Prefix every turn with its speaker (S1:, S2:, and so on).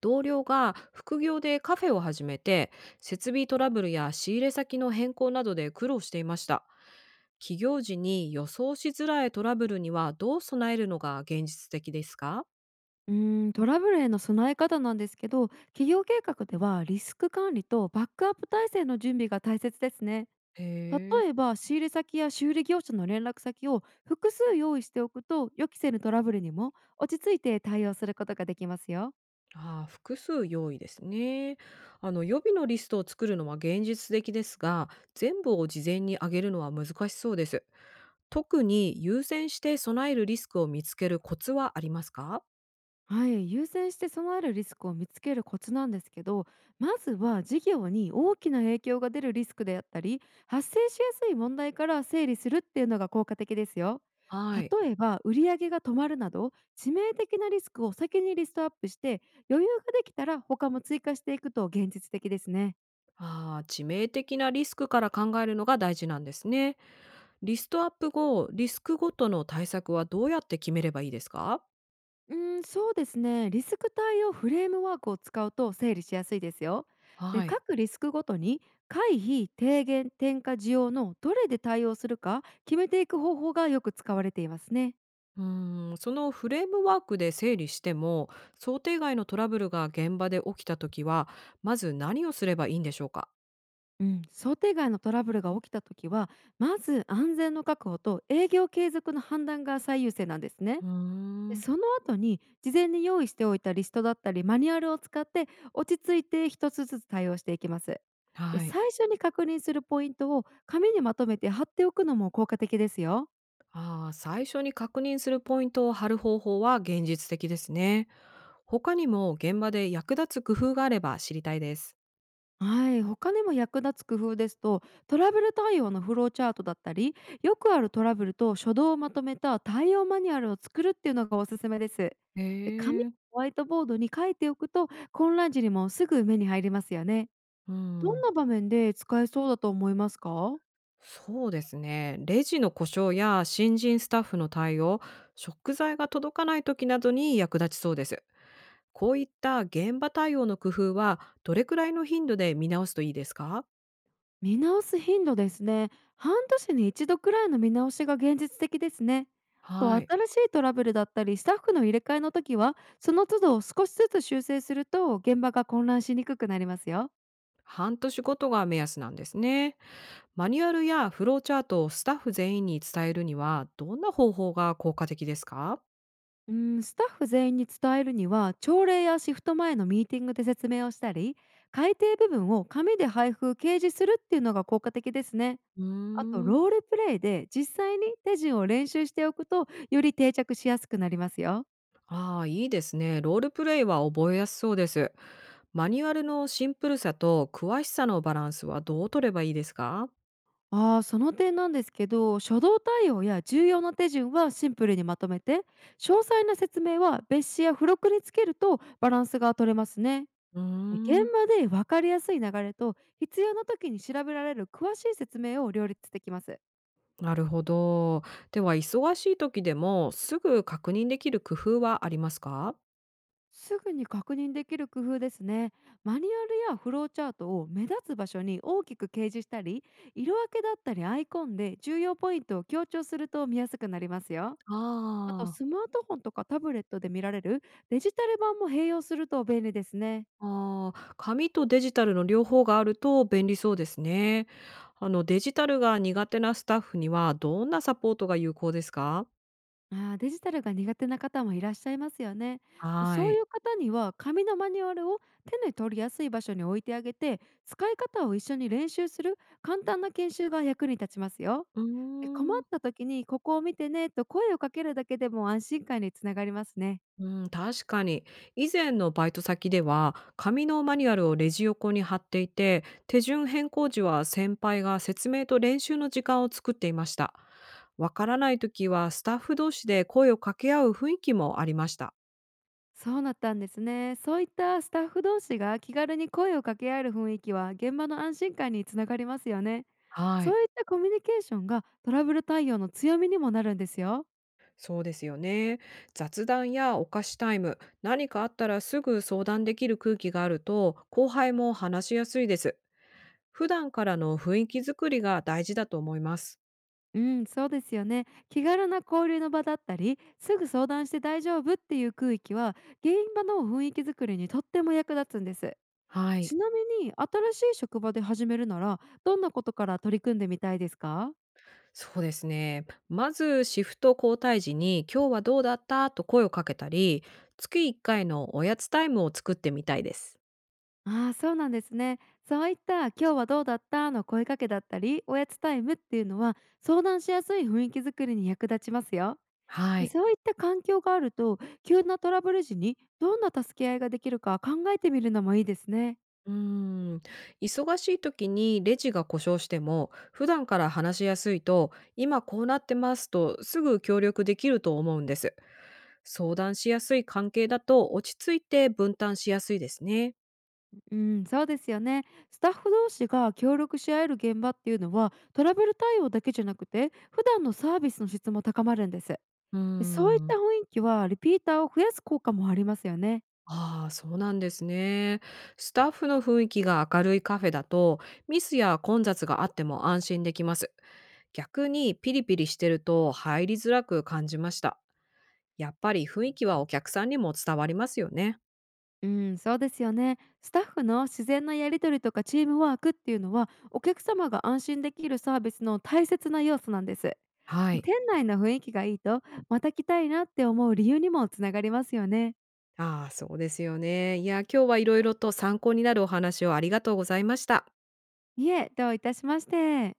S1: 同僚が副業でカフェを始めて、設備トラブルや仕入れ先の変更などで苦労していました。起業時に予想しづらいトラブルにはどう備えるのが現実的ですか？
S2: うーん、トラブルへの備え方なんですけど、企業計画ではリスク管理とバックアップ体制の準備が大切ですね。
S1: へえ。
S2: 例えば仕入れ先や修理業者の連絡先を複数用意しておくと予期せぬトラブルにも落ち着いて対応することができますよ。
S1: ああ、複数用意ですね。予備のリストを作るのは現実的ですが、全部を事前に上げるのは難しそうです。特に優先して備えるリスクを見つけるコツはありますか？
S2: はい、優先して備えるリスクを見つけるコツなんですけど、まずは事業に大きな影響が出るリスクであったり、発生しやすい問題から整理するっていうのが効果的ですよ。
S1: はい。
S2: 例えば売上が止まるなど致命的なリスクを先にリストアップして、余裕ができたら他も追加していくと現実的ですね。
S1: ああ、致命的なリスクから考えるのが大事なんですね。リストアップ後、リスクごとの対策はどうやって決めればいいですか？
S2: うん、そうですね。リスク対応フレームワークを使うと整理しやすいですよ。で、
S1: はい。
S2: 各リスクごとに回避、低減、転嫁、需要のどれで対応するか決めていく方法がよく使われていますね。
S1: そのフレームワークで整理しても、想定外のトラブルが現場で起きたときは、まず何をすればいいんでしょうか？
S2: うん、想定外のトラブルが起きた時は、まず安全の確保と営業継続の判断が最優先なんですね。
S1: うー
S2: で、
S1: ん、
S2: その後に事前に用意しておいたリストだったりマニュアルを使って、落ち着いて一つずつ対応していきます。で、
S1: はい。
S2: 最初に確認するポイントを紙にまとめて貼っておくのも効果的ですよ。
S1: ああ、最初に確認するポイントを貼る方法は現実的ですね。他にも現場で役立つ工夫があれば知りたいです。
S2: はい、他にも役立つ工夫ですと、トラブル対応のフローチャートだったり、よくあるトラブルと初動をまとめた対応マニュアルを作るっていうのがおすすめです。
S1: へ
S2: で、紙や
S1: え、
S2: ホワイトボードに書いておくと混乱時にもすぐ目に入りますよね。
S1: う
S2: どん
S1: ん。
S2: な場面で使えそうだと思いますか？
S1: そうですね。レジの故障や新人スタッフの対応、食材が届かない時などに役立ちそうです。こういった現場対応の工夫はどれくらいの頻度で見直すといいですか？
S2: 見直す頻度ですね。半年に一度くらいの見直しが現実的ですね。と、
S1: は
S2: 新
S1: い。
S2: しいトラブルだったりスタッフの入れ替えの時はその都度少しずつ修正すると現場が混乱しにくくなりますよ。
S1: 半年ごとが目安なんですね。マニュアルやフローチャートをスタッフ全員に伝えるにはどんな方法が効果的ですか？
S2: うん、スタッフ全員に伝えるには朝礼やシフト前のミーティングで説明をしたり、改訂部分を紙で配布掲示するっていうのが効果的ですね。
S1: うー
S2: あと
S1: ん。
S2: ロールプレイで実際に手順を練習しておくとより定着しやすくなりますよ。
S1: ああ、いいですね。ロールプレイは覚えやすそうです。マニュアルのシンプルさと詳しさのバランスはどう取ればいいですか？
S2: ああ、その点なんですけど、初動対応や重要な手順はシンプルにまとめて、詳細な説明は別紙や付録につけるとバランスが取れますね。
S1: うー
S2: で、現
S1: ん、
S2: 場で分かりやすい流れと必要な時に調べられる詳しい説明を両立できます。
S1: なるほど。では、忙しい時でもすぐ確認できる工夫はありますか？
S2: すぐに確認できる工夫ですね。マニュアルやフローチャートを目立つ場所に大きく掲示したり、色分けだったりアイコンで重要ポイントを強調すると見やすくなりますよ。あと
S1: ああ、
S2: スマートフォンとかタブレットで見られるデジタル版も併用すると便利ですね。
S1: あーあー、紙とデジタルの両方があると便利そうですね。デジタルが苦手なスタッフにはどんなサポートが有効ですか？
S2: あー、デジタルが苦手な方もいらっしゃいますよね。
S1: は
S2: そう
S1: い。
S2: いう方には紙のマニュアルを手に取りやすい場所に置いてあげて、使い方を一緒に練習する簡単な研修が役に立ちますよ。
S1: う
S2: で、困っ
S1: ーん。
S2: た時にここを見てねと声をかけるだけでも安心感につながりますね。
S1: うん、確かに。以前のバイト先では、紙のマニュアルをレジ横に貼っていて、手順変更時は先輩が説明と練習の時間を作っていました。わからない時はスタッフ同士で声を掛け合う雰囲気もありました。
S2: そうなったんですね。そういったスタッフ同士が気軽に声を掛け合える雰囲気は現場の安心感につながりますよね。
S1: は
S2: そ
S1: い。
S2: ういったコミュニケーションがトラブル対応の強みにもなるんですよ。
S1: そうですよね。雑談やお菓子タイム、何かあったらすぐ相談できる空気があると、後輩も話しやすいです。普段からの雰囲気作りが大事だと思います。
S2: うん、そうですよね。気軽な交流の場だったり、すぐ相談して大丈夫っていう空気は、原因場の雰囲気づくりにとっても役立つんです。
S1: はい。
S2: ちなみに、新しい職場で始めるなら、どんなことから取り組んでみたいですか？
S1: そうですね。まずシフト交代時に今日はどうだったと声をかけたり、月1回のおやつタイムを作ってみたいです。
S2: ああ、そうなんですね。そういった今日はどうだったの声かけだったり、おやつタイムっていうのは、相談しやすい雰囲気づくりに役立ちますよ。
S1: は
S2: で、
S1: い。
S2: そういった環境があると、急なトラブル時にどんな助け合いができるか考えてみるのもいいですね。
S1: うーん。忙しい時にレジが故障しても、普段から話しやすいと、今こうなってますとすぐ協力できると思うんです。相談しやすい関係だと落ち着いて分担しやすいですね。
S2: うん、そうですよね。スタッフ同士が協力し合える現場っていうのは、トラブル対応だけじゃなくて、普段のサービスの質も高まるんです。
S1: うー
S2: で、そういった
S1: ん。
S2: 雰囲気はリピーターを増やす効果もありますよね。
S1: ああ、そうなんですね。スタッフの雰囲気が明るいカフェだと、ミスや混雑があっても安心できます。逆にピリピリしてると入りづらく感じました。やっぱり雰囲気はお客さんにも伝わりますよね。
S2: うん、そうですよね。スタッフの自然なやり取りとかチームワークっていうのはお客様が安心できるサービスの大切な要素なんです。
S1: はい。
S2: 店内の雰囲気がいいと、また来たいなって思う理由にもつながりますよね。
S1: ああ、そうですよね。いや、今日はいろいろと参考になるお話をありがとうございました。
S2: いえ、どういたしまして。